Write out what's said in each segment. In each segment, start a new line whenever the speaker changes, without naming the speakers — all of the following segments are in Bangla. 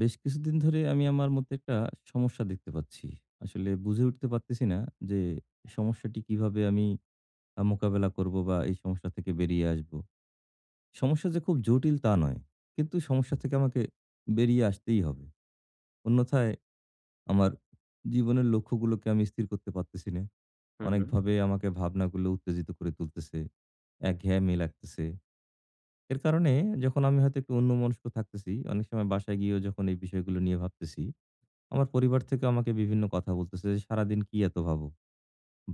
বেশ কিছুদিন ধরে আমি আমার মধ্যে একটা সমস্যা দেখতে পাচ্ছি। আসলে বুঝে উঠতে পারতেছি না যে সমস্যাটি কিভাবে আমি মোকাবেলা করব বা এই সমস্যা থেকে বেরিয়ে আসব। সমস্যা যে খুব জটিল তা নয়। কিন্তু সমস্যা থেকে আমাকে বেরিয়ে আসতেই হবে। অন্যথায় আমার জীবনের লক্ষ্যগুলোকে আমি স্থির করতে পারতেছি না।
হুম, হুম,
অনেকভাবে আমাকে ভাবনাগুলো উত্তেজিত করে তুলতেছে। একঘেয়েমি লাগতেছে। এর কারণে যখন আমি হয়তো একটু অন্যমনস্ক থাকতেছি, অনেক সময় বাসায় গিয়েও যখন এই বিষয়গুলো নিয়ে ভাবতেছি, আমার পরিবার থেকে আমাকে বিভিন্ন কথা বলতেছে যে, "সারাদিন কি এত ভাবো?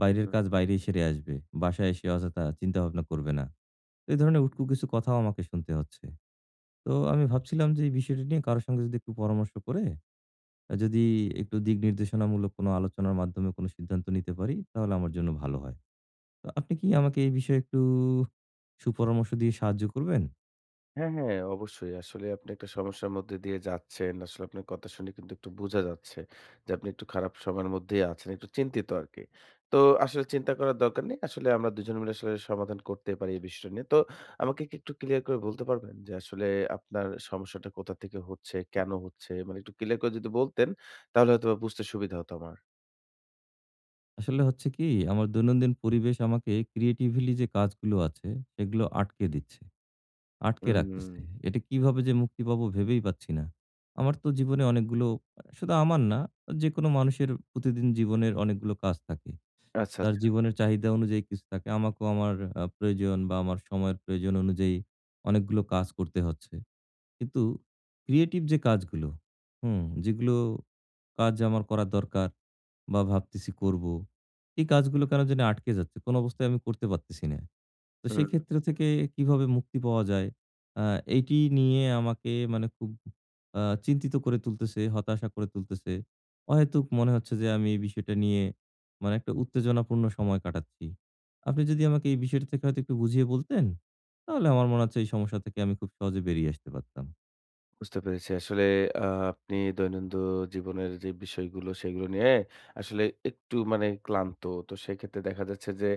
বাইরের
হুম।
কাজ বাইরেই সেরে আসবে। বাসায় এসে অযথা চিন্তা ভাবনা করবে না।" তো এই ধরনের উটকো কিছু কথাও আমাকে শুনতে হচ্ছে। তো আমি ভাবছিলাম যে এই বিষয়টি নিয়ে কারো সঙ্গে যদি একটু পরামর্শ করে, যদি একটু দিক নির্দেশনামূলক কোনো আলোচনার মাধ্যমে কোনো সিদ্ধান্ত নিতে পারি, তাহলে আমার জন্য ভালো হয়। তো আপনি কি আমাকে এই বিষয়ে একটু সুপরামর্শ দিয়ে সাহায্য করবেন?
হ্যাঁ, হ্যাঁ, অবশ্যই। আসলে আপনি একটা সমস্যার মধ্যে দিয়ে যাচ্ছেন। আসলে আপনার কথা শুনে কিন্তু একটু বোঝা যাচ্ছে যে আপনি একটু খারাপ সময়ের মধ্যেই আছেন। একটু চিন্তিত আরকি। তো আসলে চিন্তা করার দরকার নেই। আসলে আমরা দুজন মিলে আসলে সমাধান করতে পারি এই বিষয়টা নিয়ে। তো আমাকে কি একটু ক্লিয়ার করে বলতে পারবেন যে আসলে আপনার সমস্যাটা কোথা থেকে হচ্ছে, কেন হচ্ছে? মানে একটু ক্লিয়ার করে যদি বলতেন তাহলে হয়তোবা বুঝতে সুবিধা হতো আমার।
আসলে হচ্ছে কি, আমার দৈনন্দিন পরিবেশ আমাকে ক্রিয়েটিভলি যে কাজগুলো আছে, সেগুলো আটকে দিচ্ছে। আটকে
হুম,
রাখতেছে। এটা কিভাবে যে মুক্তি পাবো ভেবেই পাচ্ছি না। আমার তো জীবনে অনেকগুলো, শুধু আমার না, যেকোনো মানুষের প্রতিদিন জীবনের অনেকগুলো কাজ থাকে।
আচ্ছা,
তার
আচ্ছা।
জীবনের চাহিদা অনুযায়ী কিছু থাকে। আমাকেও আমার প্রয়োজন বা আমার সময়ের প্রয়োজন অনুযায়ী অনেকগুলো কাজ করতে হচ্ছে। কিন্তু ক্রিয়েটিভ যে কাজগুলো, যেগুলো কাজ আমার করা দরকার বা ভাবতেছি করব, এই কাজগুলো কেন জানি আটকে যাচ্ছে। কোন অবস্থায় আমি করতে পারতেছি না। তো
হুম।
সেক্ষেত্র থেকে কিভাবে মুক্তি পাওয়া যায়? আ এইটি নিয়ে আমাকে মানে খুব চিন্তিত করে তুলতেছে, হতাশা করে তুলতেছে। অহেতুক মনে হচ্ছে যে আমি এই বিষয়টা নিয়ে মানে একটা উত্তেজনাপূর্ণ সময় কাটাচ্ছি। আপনি যদি আমাকে এই বিষয়টা থেকে হয়তো একটু বুঝিয়ে বলতেন, তাহলে আমার মনে হচ্ছে এই সমস্যা থেকে আমি খুব সহজে বেরিয়ে আসতে পারতাম।
বুঝতে পেরেছি। আসলে আ আপনি দৈনন্দিন জীবনের যে বিষয়গুলো সেগুলো নিয়ে আসলে একটু মানে ক্লান্ত। তো সেক্ষেত্রে দেখা যাচ্ছে যে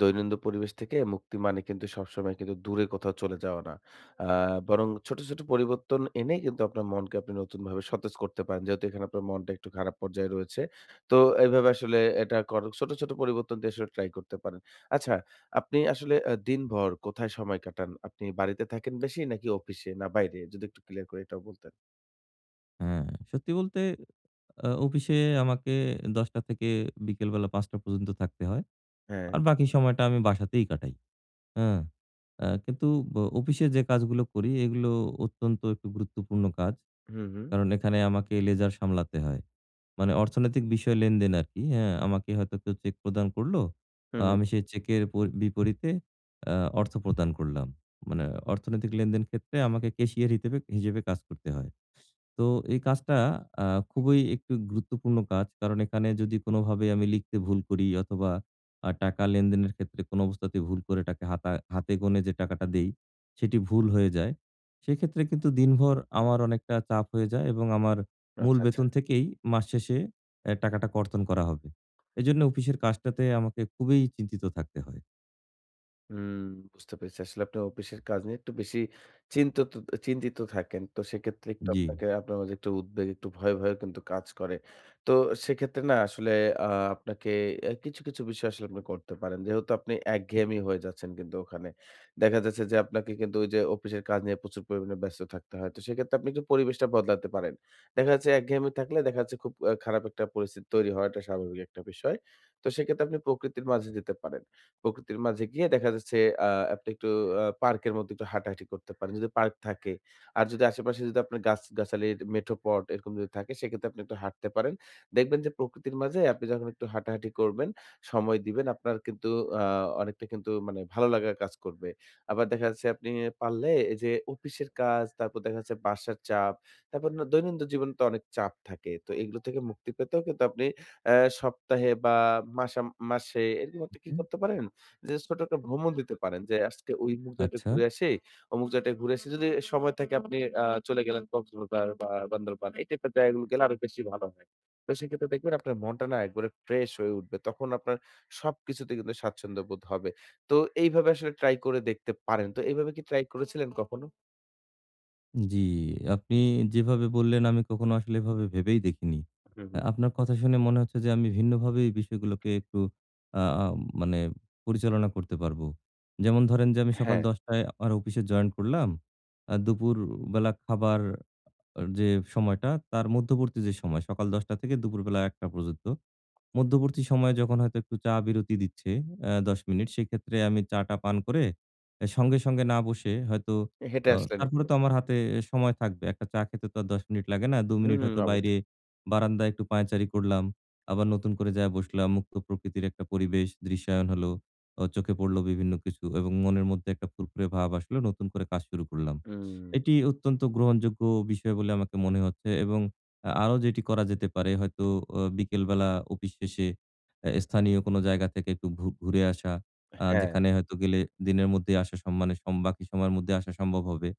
দৈনন্দিন পরিবেশ থেকে মুক্তি মানে কিন্তু সবসময় কিন্তু দূরে কোথাও চলে যাওয়া না। আ বরং ছোট, ছোট পরিবর্তন এনে কিন্তু আপনার মনকে আপনি নতুনভাবে সতেজ করতে পারেন। যেহেতু এখানে আপনার মনটা একটু খারাপ পর্যায়ে রয়েছে। তো এভাবে আসলে এটা কর ছোট, ছোট পরিবর্তন দিয়ে আসলে ট্রাই করতে পারেন। আচ্ছা, আপনি আসলে দিনভর কোথায় সময় কাটান? আপনি বাড়িতে থাকেন বেশি নাকি অফিসে? না বাইরে? যদি একটু ক্লিয়ার করে এটাও বলতেন।
হ্যাঁ, সত্যি বলতে অফিসে আমাকে ১০ঃ০০ থেকে বিকেল বেলা ৫ঃ০০ পর্যন্ত থাকতে হয়।
হ্যাঁ।
আর বাকি সময়টা আমি বাসাতেই কাটাই। হ্যাঁ। কিন্তু অফিসে যে কাজগুলো করি এগুলো অত্যন্ত একটু গুরুত্বপূর্ণ কাজ।
হুম, হুম।
কারণ এখানে আমাকে লেজার সামলাতে হয়। মানে অর্থনৈতিক বিষয় লেনদেন আরকি। হ্যাঁ, আমাকে হয়তো কেউ চেক প্রদান করলো।
হুম, হুম।
আমি সেই চেকের পর বিপরীতে আ অর্থ প্রদান করলাম। মানে অর্থনৈতিক লেনদেন ক্ষেত্রে আমাকে ক্যাশিয়ার হিসেবে কাজ করতে হয়। তো এই কাজটা আ খুবই একটু গুরুত্বপূর্ণ কাজ। কারণ এখানে যদি কোনোভাবে আমি লিখতে ভুল করি অথবা টাকা লেনদেনের ক্ষেত্রে কোনো অবস্থাতেই ভুল করে টাকা হাতে গোনে যে টাকাটা দেই, সেটি ভুল হয়ে যায়। সেক্ষেত্রে কিন্তু দিনভর আমার অনেকটা চাপ হয়ে যায় এবং আমার মূল
আচ্ছা, আচ্ছা।
বেতন থেকেই মাস শেষে এ টাকাটা কর্তন করা হবে। এজন্য অফিসের কাজটাতে আমাকে খুবই চিন্তিত থাকতে হয়।
হুম, বুঝতে পেরেছি। আসলে আপনি অফিসের কাজ নিয়ে একটু বেশি চিন্তিত চিন্তিত থাকেন। তো সেক্ষেত্রে একটু
জি।
আপনাকে আপনার মাঝে একটু উদ্বেগ, একটু ভয় কিন্তু কাজ করে। তো সেক্ষেত্রে না আসলে আ আপনাকে কিছু, কিছু বিষয় আসলে আপনি করতে পারেন। যেহেতু আপনি একঘেয়েমি হয়ে যাচ্ছেন কিন্তু ওখানে। দেখা যাচ্ছে যে আপনাকে কিন্তু ওই যে অফিসের কাজ নিয়ে প্রচুর পরিমাণে ব্যস্ত থাকতে হয়। তো সেক্ষেত্রে আপনি একটু পরিবেশটা বদলাতে পারেন। দেখা যাচ্ছে একঘেয়েমি থাকলে দেখা যাচ্ছে খুব খারাপ একটা পরিস্থিতি তৈরি হওয়াটা স্বাভাবিক একটা বিষয়। তো সেক্ষেত্রে আপনি প্রকৃতির মাঝে যেতে পারেন। প্রকৃতির মাঝে গিয়ে দেখা যাচ্ছে আ আপনি একটু পার্কের মধ্যে একটু হাঁটাহাঁটি করতে পারেন। যদি পার্ক থাকে। আর যদি আশেপাশে যদি আপনার গাছ-গাছালির মেঠোপথ এরকম যদি থাকে সেক্ষেত্রে আপনি একটু হাঁটতে পারেন। দেখবেন যে প্রকৃতির মাঝে আপনি যখন একটু হাঁটাহাঁটি করবেন, সময় দিবেন আপনার কিন্তু আ অনেকটা কিন্তু মানে ভালো লাগা কাজ করবে। আবার দেখা যাচ্ছে আপনি পারলে এই যে অফিসের কাজ, তারপর দেখা যাচ্ছে বাসার চাপ, তারপর না দৈনন্দিন জীবনে তো অনেক চাপ থাকে। তো এগুলো থেকে মুক্তি পেতেও কিন্তু আপনি সপ্তাহে বা মাসা মাসে এরকম একটা কি
হুম,
করতে পারেন, যে ছোট একটা ভ্রমণ দিতে পারেন, যে আজকে ওই অমুক জায়গাটা
আচ্ছা।
ঘুরে আসি, অমুক জায়গাটায় ঘুরে আসি। যদি সময় থাকে আপনি চলে গেলেন কক্সবাজার বা বান্দরবান, এই টাইপের জায়গাগুলো গেলে আরো বেশি ভালো হয়। তো সেক্ষেত্রে দেখবেন আপনার মনটা না একবারে ফ্রেশ হয়ে উঠবে। তখন আপনার সবকিছুতে কিন্তু স্বাচ্ছন্দ্য বোধ হবে। তো এইভাবে আসলে ট্রাই করে দেখতে পারেন। তো এইভাবে কি ট্রাই করেছিলেন কখনো?
জি, আপনি যেভাবে বললেন আমি কখনো আসলে এভাবে ভেবেই দেখিনি।
হুম, হুম।
আপনার কথা শুনে মনে হচ্ছে যে আমি ভিন্নভাবে এই বিষয়গুলোকে একটু আ আ মানে পরিচালনা করতে পারবো। যেমন ধরেন যে আমি সকাল
হ্যাঁ,
১০ টায় আমার অফিসে জয়েন করলাম। দুপুরবেলা খাবার, যে সময়টা তার মধ্যবর্তী, যে সময় সকাল ১০ টা থেকে দুপুরবেলা ১ টা পর্যন্ত মধ্যবর্তী সময়ে যখন হয়তো একটু চা বিরতি দিচ্ছে ১০ মিনিট, সেক্ষেত্রে আমি চাটা পান করে, সঙ্গে, সঙ্গে না বসে হয়তো,
হেঁটে আসলেন
তারপরে
একটু।
তো আমার হাতে সময় থাকবে। একটা চা খেতে তো আর ১০ মিনিট লাগে না। ২
হুম,
মিনিট
হুম,
হয়তো বাইরে
অবশ্যই।
বারান্দায় একটু পায়চারি করলাম। আবার নতুন করে যায়া বসলাম। মুক্ত প্রকৃতির একটা পরিবেশ দৃশ্যায়ন হলো। চোখে পড়লো বিভিন্ন কিছু এবং মনের মধ্যে একটা ফুরফুরে ভাব আসলো। নতুন করে কাজ শুরু করলাম।
হুম,
এটি অত্যন্ত গ্রহণযোগ্য বিষয় বলে আমাকে মনে হচ্ছে এবং আরো যেটি করা যেতে পারে হয়তো, বিকেলবেলা অফিস শেষে স্থানীয় কোনো জায়গা থেকে একটু ঘুরে আসা।
হ্যাঁ।
যেখানে হয়তো গেলে দিনের মধ্যেই আসা সম মানে সম বাকি সময়ের মধ্যে আসা সম্ভব হবে।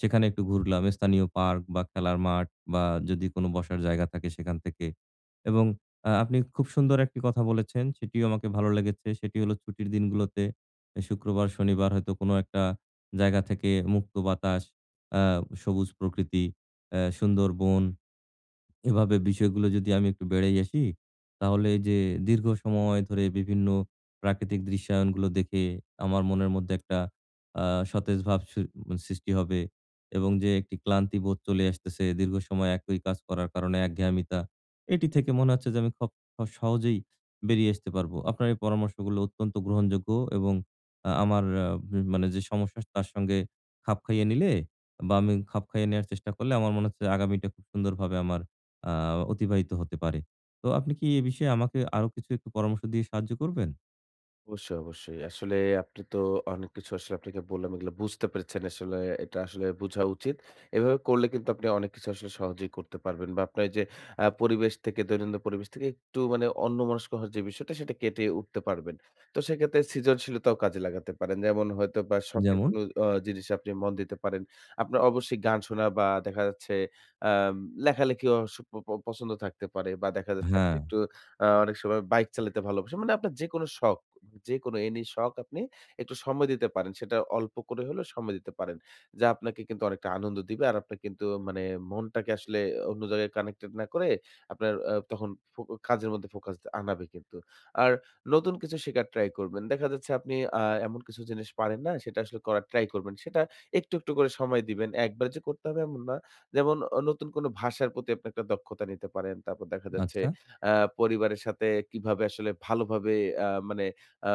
সেখানে একটু ঘুরলাম, স্থানীয় পার্ক বা খেলার মাঠ, বা যদি কোনো বসার জায়গা থাকে সেখান থেকে। এবং আপনি খুব সুন্দর একটি কথা বলেছেন, সেটিও আমাকে ভালো লেগেছে। সেটি হলো ছুটির দিনগুলোতে, শুক্রবার, শনিবার হয়তো কোনো একটা জায়গা থেকে মুক্ত বাতাস, আ সবুজ প্রকৃতি, সুন্দর বন, এভাবে বিষয়গুলো যদি আমি একটু বেড়েই আসি, তাহলে এই যে দীর্ঘ সময় ধরে বিভিন্ন প্রাকৃতিক দৃশ্যায়নগুলো দেখে আমার মনের মধ্যে একটা আ সতেজ ভাব সৃ মানে সৃষ্টি হবে এবং যে একটি ক্লান্তি বোধ চলে আসতেছে দীর্ঘ সময় একই কাজ করার কারণে একঘেয়ামিতা। এটি থেকে মনে হচ্ছে যে আমি খুব সহজেই বেরিয়ে আসতে পারবো। আপনার এই পরামর্শগুলো অত্যন্ত গ্রহণযোগ্য এবং আমার মানে যে সমস্যা তার সঙ্গে খাপ খাইয়ে নিলে বা আমি খাপ খাইয়ে নেয়ার চেষ্টা করলে আমার মনে হচ্ছে আগামীটা খুব সুন্দরভাবে আমার আ অতিবাহিত হতে পারে। তো আপনি কি এ বিষয়ে আমাকে আরো কিছু একটু পরামর্শ দিয়ে সাহায্য করবেন?
অবশ্যই, অবশ্যই। আসলে আপনি তো অনেক কিছু আসলে আপনাকে বললাম, এগুলো বুঝতে পেরেছেন। আসলে এটা আসলে বুঝা উচিত। এভাবে করলে কিন্তু আপনি অনেক কিছু আসলে সহজেই করতে পারবেন, বা আপনার যে পরিবেশ থেকে, দৈনন্দিন পরিবেশ থেকে একটু মানে অন্যমনস্ক হওয়ার যে বিষয়টা, সেটা কেটে উঠতে পারবেন। তো সেক্ষেত্রে সৃজনশীলতাও কাজে লাগাতে পারেন। যেমন হয়তোবা শখের
যেমন।
কোনো জিনিসে আপনি মন দিতে পারেন। আপনার অবশ্যই গান শোনা, বা দেখা যাচ্ছে আম লেখালেখিও স প প পছন্দ থাকতে পারে, বা দেখা যাচ্ছে আপনি
হ্যাঁ,
একটু অনেক সময় বাইক চালাতে ভালোবাসেন। মানে আপনার যেকোনো শখ, যেকোনো এনি শখ আপনি একটু সময় দিতে পারেন। সেটা অল্প করে হলেও সময় দিতে পারেন। যা আপনাকে কিন্তু অনেকটা আনন্দ দিবে। আর আপনার কিন্তু মানে মনটাকে আসলে অন্য জায়গায় কানেক্টেড না করে আপনার তখন ফো কাজের মধ্যে ফোকাস আনাবে কিন্তু। আর নতুন কিছু শেখার ট্রাই করবেন। দেখা যাচ্ছে আপনি এমন কিছু জিনিস পারেন না, সেটা আসলে করার ট্রাই করবেন। সেটা একটু, একটু করে সময় দিবেন। একবারে যে করতে হবে এমন না। যেমন নতুন কোনো ভাষার প্রতি আপনি একটা দক্ষতা নিতে পারেন। তারপর দেখা যাচ্ছে
আচ্ছা।
আ পরিবারের সাথে কিভাবে আসলে ভালোভাবে মানে আ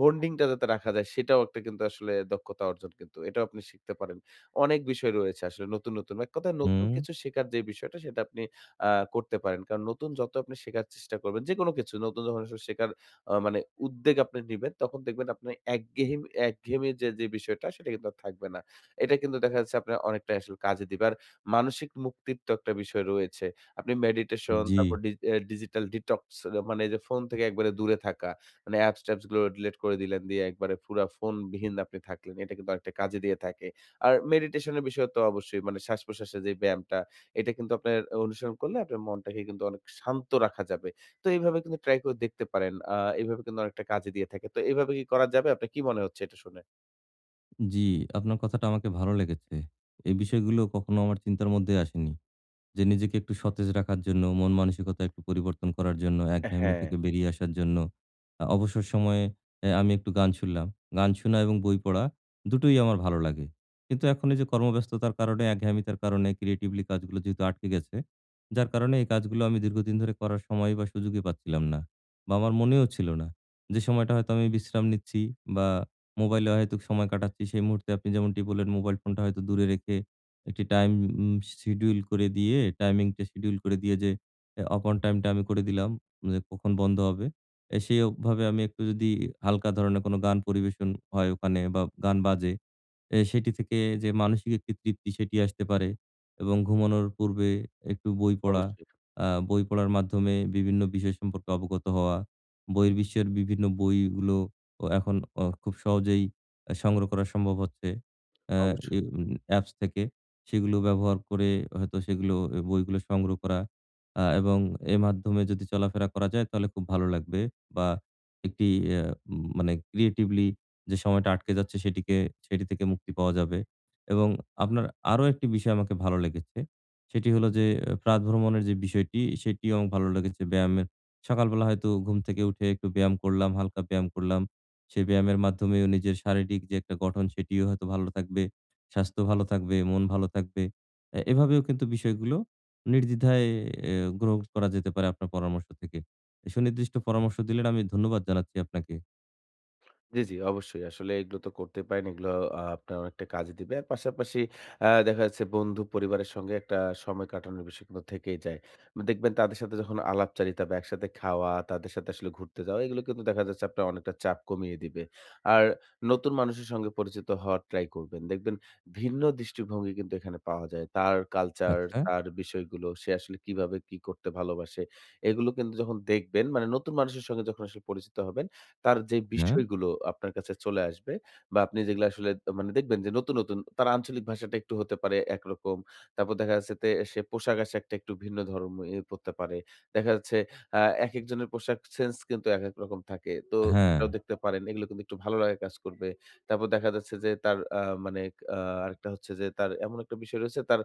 বন্ডিং টা যাতে রাখা যায়, সেটাও একটা কিন্তু আসলে দক্ষতা অর্জন কিন্তু। এটাও আপনি শিখতে পারেন। অনেক বিষয় রয়েছে আসলে নতুন, নতুন, এক কথায় নতুন
হুম,
কিছু শেখার যে বিষয়টা, সেটা আপনি আ করতে পারেন। কারণ নতুন যত আপনি শেখার চেষ্টা করবেন, যেকোনো কিছু নতুন যখন আসলে শেখার মানে উদ্বেগ আপনি নিবেন, তখন দেখবেন আপনার একঘেয়েমি যে বিষয়টা, সেটা কিন্তু আর থাকবে না। এটা কিন্তু দেখা যাচ্ছে আপনার অনেকটাই আসলে কাজে দিবে। আর মানসিক মুক্তির তো একটা বিষয় রয়েছে। আপনি মেডিটেশন,
জি,
তারপর ডি এ ডিজিটাল ডিটক্স, মানে এই যে ফোন থেকে একবারে দূরে থাকা। মানে অ্যাপস-ট্যাপস গুলো ডিলিট করে দিলেন, দিয়ে একবারে পুরা ফোনবিহীন আপনি থাকলেন। এটা কিন্তু অনেকটা কাজে দিয়ে থাকে। আর মেডিটেশন এর বিষয় তো অবশ্যই, মানে শ্বাস-প্রশ্বাসের যে ব্যায়ামটা, এটা কিন্তু আপনার অনুসরণ করলে আপনার মনটাকে কিন্তু অনেক শান্ত রাখা যাবে। তো এইভাবে কিন্তু ট্রাই করে দেখতে পারেন। এইভাবে কিন্তু অনেকটা কাজে দিয়ে থাকে। তো এভাবে কি করা যাবে? আপনার কি মনে হচ্ছে এটা শুনে?
জি। আপনার কথাটা আমাকে ভালো লেগেছে। এই বিষয়গুলো কখনো আমার চিন্তার মধ্যে আসেনি। যে নিজেকে একটু সতেজ রাখার জন্য, মন মানসিকতা একটু পরিবর্তন করার জন্য, একঘেয়েমি
হ্যাঁ,
থেকে বেরিয়ে আসার জন্য অবসর সময়ে আমি একটু গান শুনলাম। গান শোনা এবং বই পড়া দুটোই আমার ভালো লাগে। কিন্তু এখন এই যে কর্মব্যস্ততার কারণে, একঘেয়েমিতার কারণে ক্রিয়েটিভলি কাজগুলো যেহেতু আটকে গেছে, যার কারণে এই কাজগুলো আমি দীর্ঘদিন ধরে করার সময় বা সুযোগই পাচ্ছিলাম না বা আমার মনেও ছিল না। যে সময়টা হয়তো আমি বিশ্রাম নিচ্ছি বা মোবাইলে অহেতুক সময় কাটাচ্ছি, সেই মুহূর্তে আপনি যেমনটি বললেন মোবাইল ফোনটা হয়তো দূরে রেখে একটি টাইম, উম শিডিউল করে দিয়ে টাইমিংটা শিডিউল করে দিয়ে, যে অপন টাইমটা আমি করে দিলাম যে কখন বন্ধ হবে। সেইভাবে আমি একটু যদি হালকা ধরনের কোনো গান পরিবেশন হয় ওখানে বা গান বাজে, সেটি থেকে যে মানসিক একটি তৃপ্তি সেটি আসতে পারে এবং ঘুমানোর পূর্বে একটু বই পড়া,
অবশ্যই,
বই পড়ার মাধ্যমে বিভিন্ন বিষয় সম্পর্কে অবগত হওয়া, বহির বিশ্বের বিভিন্ন বইগুলো ও এখন খুব সহজেই সংগ্রহ করা সম্ভব হচ্ছে। আ এ
অবশ্যই।
উম অ্যাপস থেকে সেগুলো ব্যবহার করে হয়তো সেগুলো, বইগুলো সংগ্রহ করা, এবং এর মাধ্যমে যদি চলাফেরা করা যায় তাহলে খুব ভালো লাগবে, বা একটি আ উম মানে ক্রিয়েটিভলি যে সময়টা আটকে যাচ্ছে সেটিকে, সেটি থেকে মুক্তি পাওয়া যাবে। এবং আপনার আরো একটি বিষয় আমাকে ভালো লেগেছে। সেটি হলো যে প্রাত ভ্রমণের যে বিষয়টি, সেটিও আমার ভালো লেগেছে, ব্যায়ামের। সকালবেলা হয়তো ঘুম থেকে উঠে একটু ব্যায়াম করলাম, হালকা ব্যায়াম করলাম। সেই ব্যায়ামের মাধ্যমেও নিজের শারীরিক যে একটা গঠন সেটিও হয়তো ভালো থাকবে, স্বাস্থ্য ভালো থাকবে, মন ভালো থাকবে। এভাবেও কিন্তু বিষয়গুলো নির্দ্বিধায় এ গ্রহণ করা যেতে পারে আপনার পরামর্শ থেকে। সুনির্দিষ্ট পরামর্শ দিলেন, আমি ধন্যবাদ জানাচ্ছি আপনাকে।
জি, জি, অবশ্যই। আসলে এগুলো তো করতে পারেন। এগুলো আপনার অনেকটা কাজে দিবে। আর পাশাপাশি দেখা যাচ্ছে বন্ধু পরিবারের সঙ্গে একটা সময় কাটানোর বিষয় কিন্তু থেকেই যায়। দেখবেন তাদের সাথে যখন আলাপচারিতা বা একসাথে খাওয়া, তাদের সাথে আসলে ঘুরতে যাওয়া, এগুলো কিন্তু দেখা যাচ্ছে আপনার অনেকটা চাপ কমিয়ে দিবে। আর নতুন মানুষের সঙ্গে পরিচিত হওয়ার ট্রাই করবেন। দেখবেন ভিন্ন দৃষ্টিভঙ্গি কিন্তু এখানে পাওয়া যায়। তার কালচার,
আচ্ছা,
তার বিষয়গুলো, সে আসলে কিভাবে কি করতে ভালোবাসে, এগুলো কিন্তু যখন দেখবেন, মানে নতুন মানুষের সঙ্গে যখন আসলে পরিচিত হবেন, তার যে
হ্যাঁ।
বিষয়গুলো আপনার কাছে চলে আসবে, বা আপনি যেগুলো আসলে মানে দেখবেন যে, নতুন, নতুন তার আঞ্চলিক ভাষাটা একটু হতে পারে একরকম। তারপর দেখা যাচ্ছে সে পোশাক-আশাকটা একটু ভিন্ন ধরনের ইয়ে পড়তে পারে। দেখা যাচ্ছে আ একেকজনের পোশাক সেন্স কিন্তু একেক রকম থাকে। তো
হ্যাঁ,
সেটাও দেখতে পারেন। এগুলো কিন্তু একটু ভালো লাগা কাজ করবে। তারপর দেখা যাচ্ছে যে তার মানে আ আরেকটা হচ্ছে যে, তার এমন একটা বিষয় রয়েছে, তার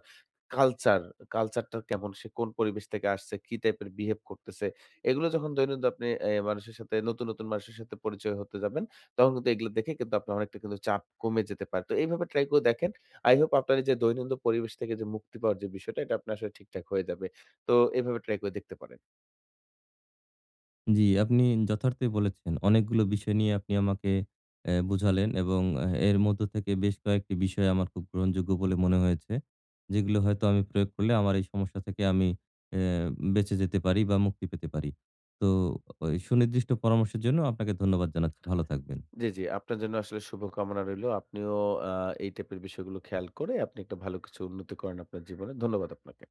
কালচার, কালচারটা কেমন? সে কোন পরিবেশ থেকে আসছে? কি টাইপের বিহেভ করতেছে? এগুলো যখন দৈনন্দিন আপনি মানুষের সাথে, নতুন, নতুন মানুষের সাথে পরিচয় হতে যাবেন, তখন কিন্তু এগুলো দেখে কিন্তু আপনার অনেকটা কিন্তু চাপ কমে যেতে পারে। তো এইভাবে ট্রাই করে দেখেন। I hope আপনার এই যে দৈনন্দিন পরিবেশ থেকে যে মুক্তি পাওয়ার যে বিষয়টা, এটা আপনার আসলে ঠিকঠাক হয়ে যাবে। তো এভাবে ট্রাই করে দেখতে পারেন।
জি, আপনি যথার্থই বলেছেন। অনেকগুলো বিষয় নিয়ে আপনি আমাকে বুঝালেন এবং এর মধ্য থেকে বেশ কয়েকটি বিষয় আমার খুব গ্রহণযোগ্য বলে মনে হয়েছে। যেগুলো হয়তো আমি প্রয়োগ করলে আমার এই সমস্যা থেকে আমি অ্যা বেঁচে যেতে পারি বা মুক্তি পেতে পারি। তো ওই সুনির্দিষ্ট পরামর্শের জন্য আপনাকে ধন্যবাদ জানাচ্ছি। ভালো থাকবেন।
জি, জি। আপনার জন্য আসলে শুভকামনা রইলো। আপনিও আ এই টাইপের বিষয়গুলো খেয়াল করে আপনি একটা ভালো কিছু উন্নতি করেন আপনার জীবনে। ধন্যবাদ আপনাকে।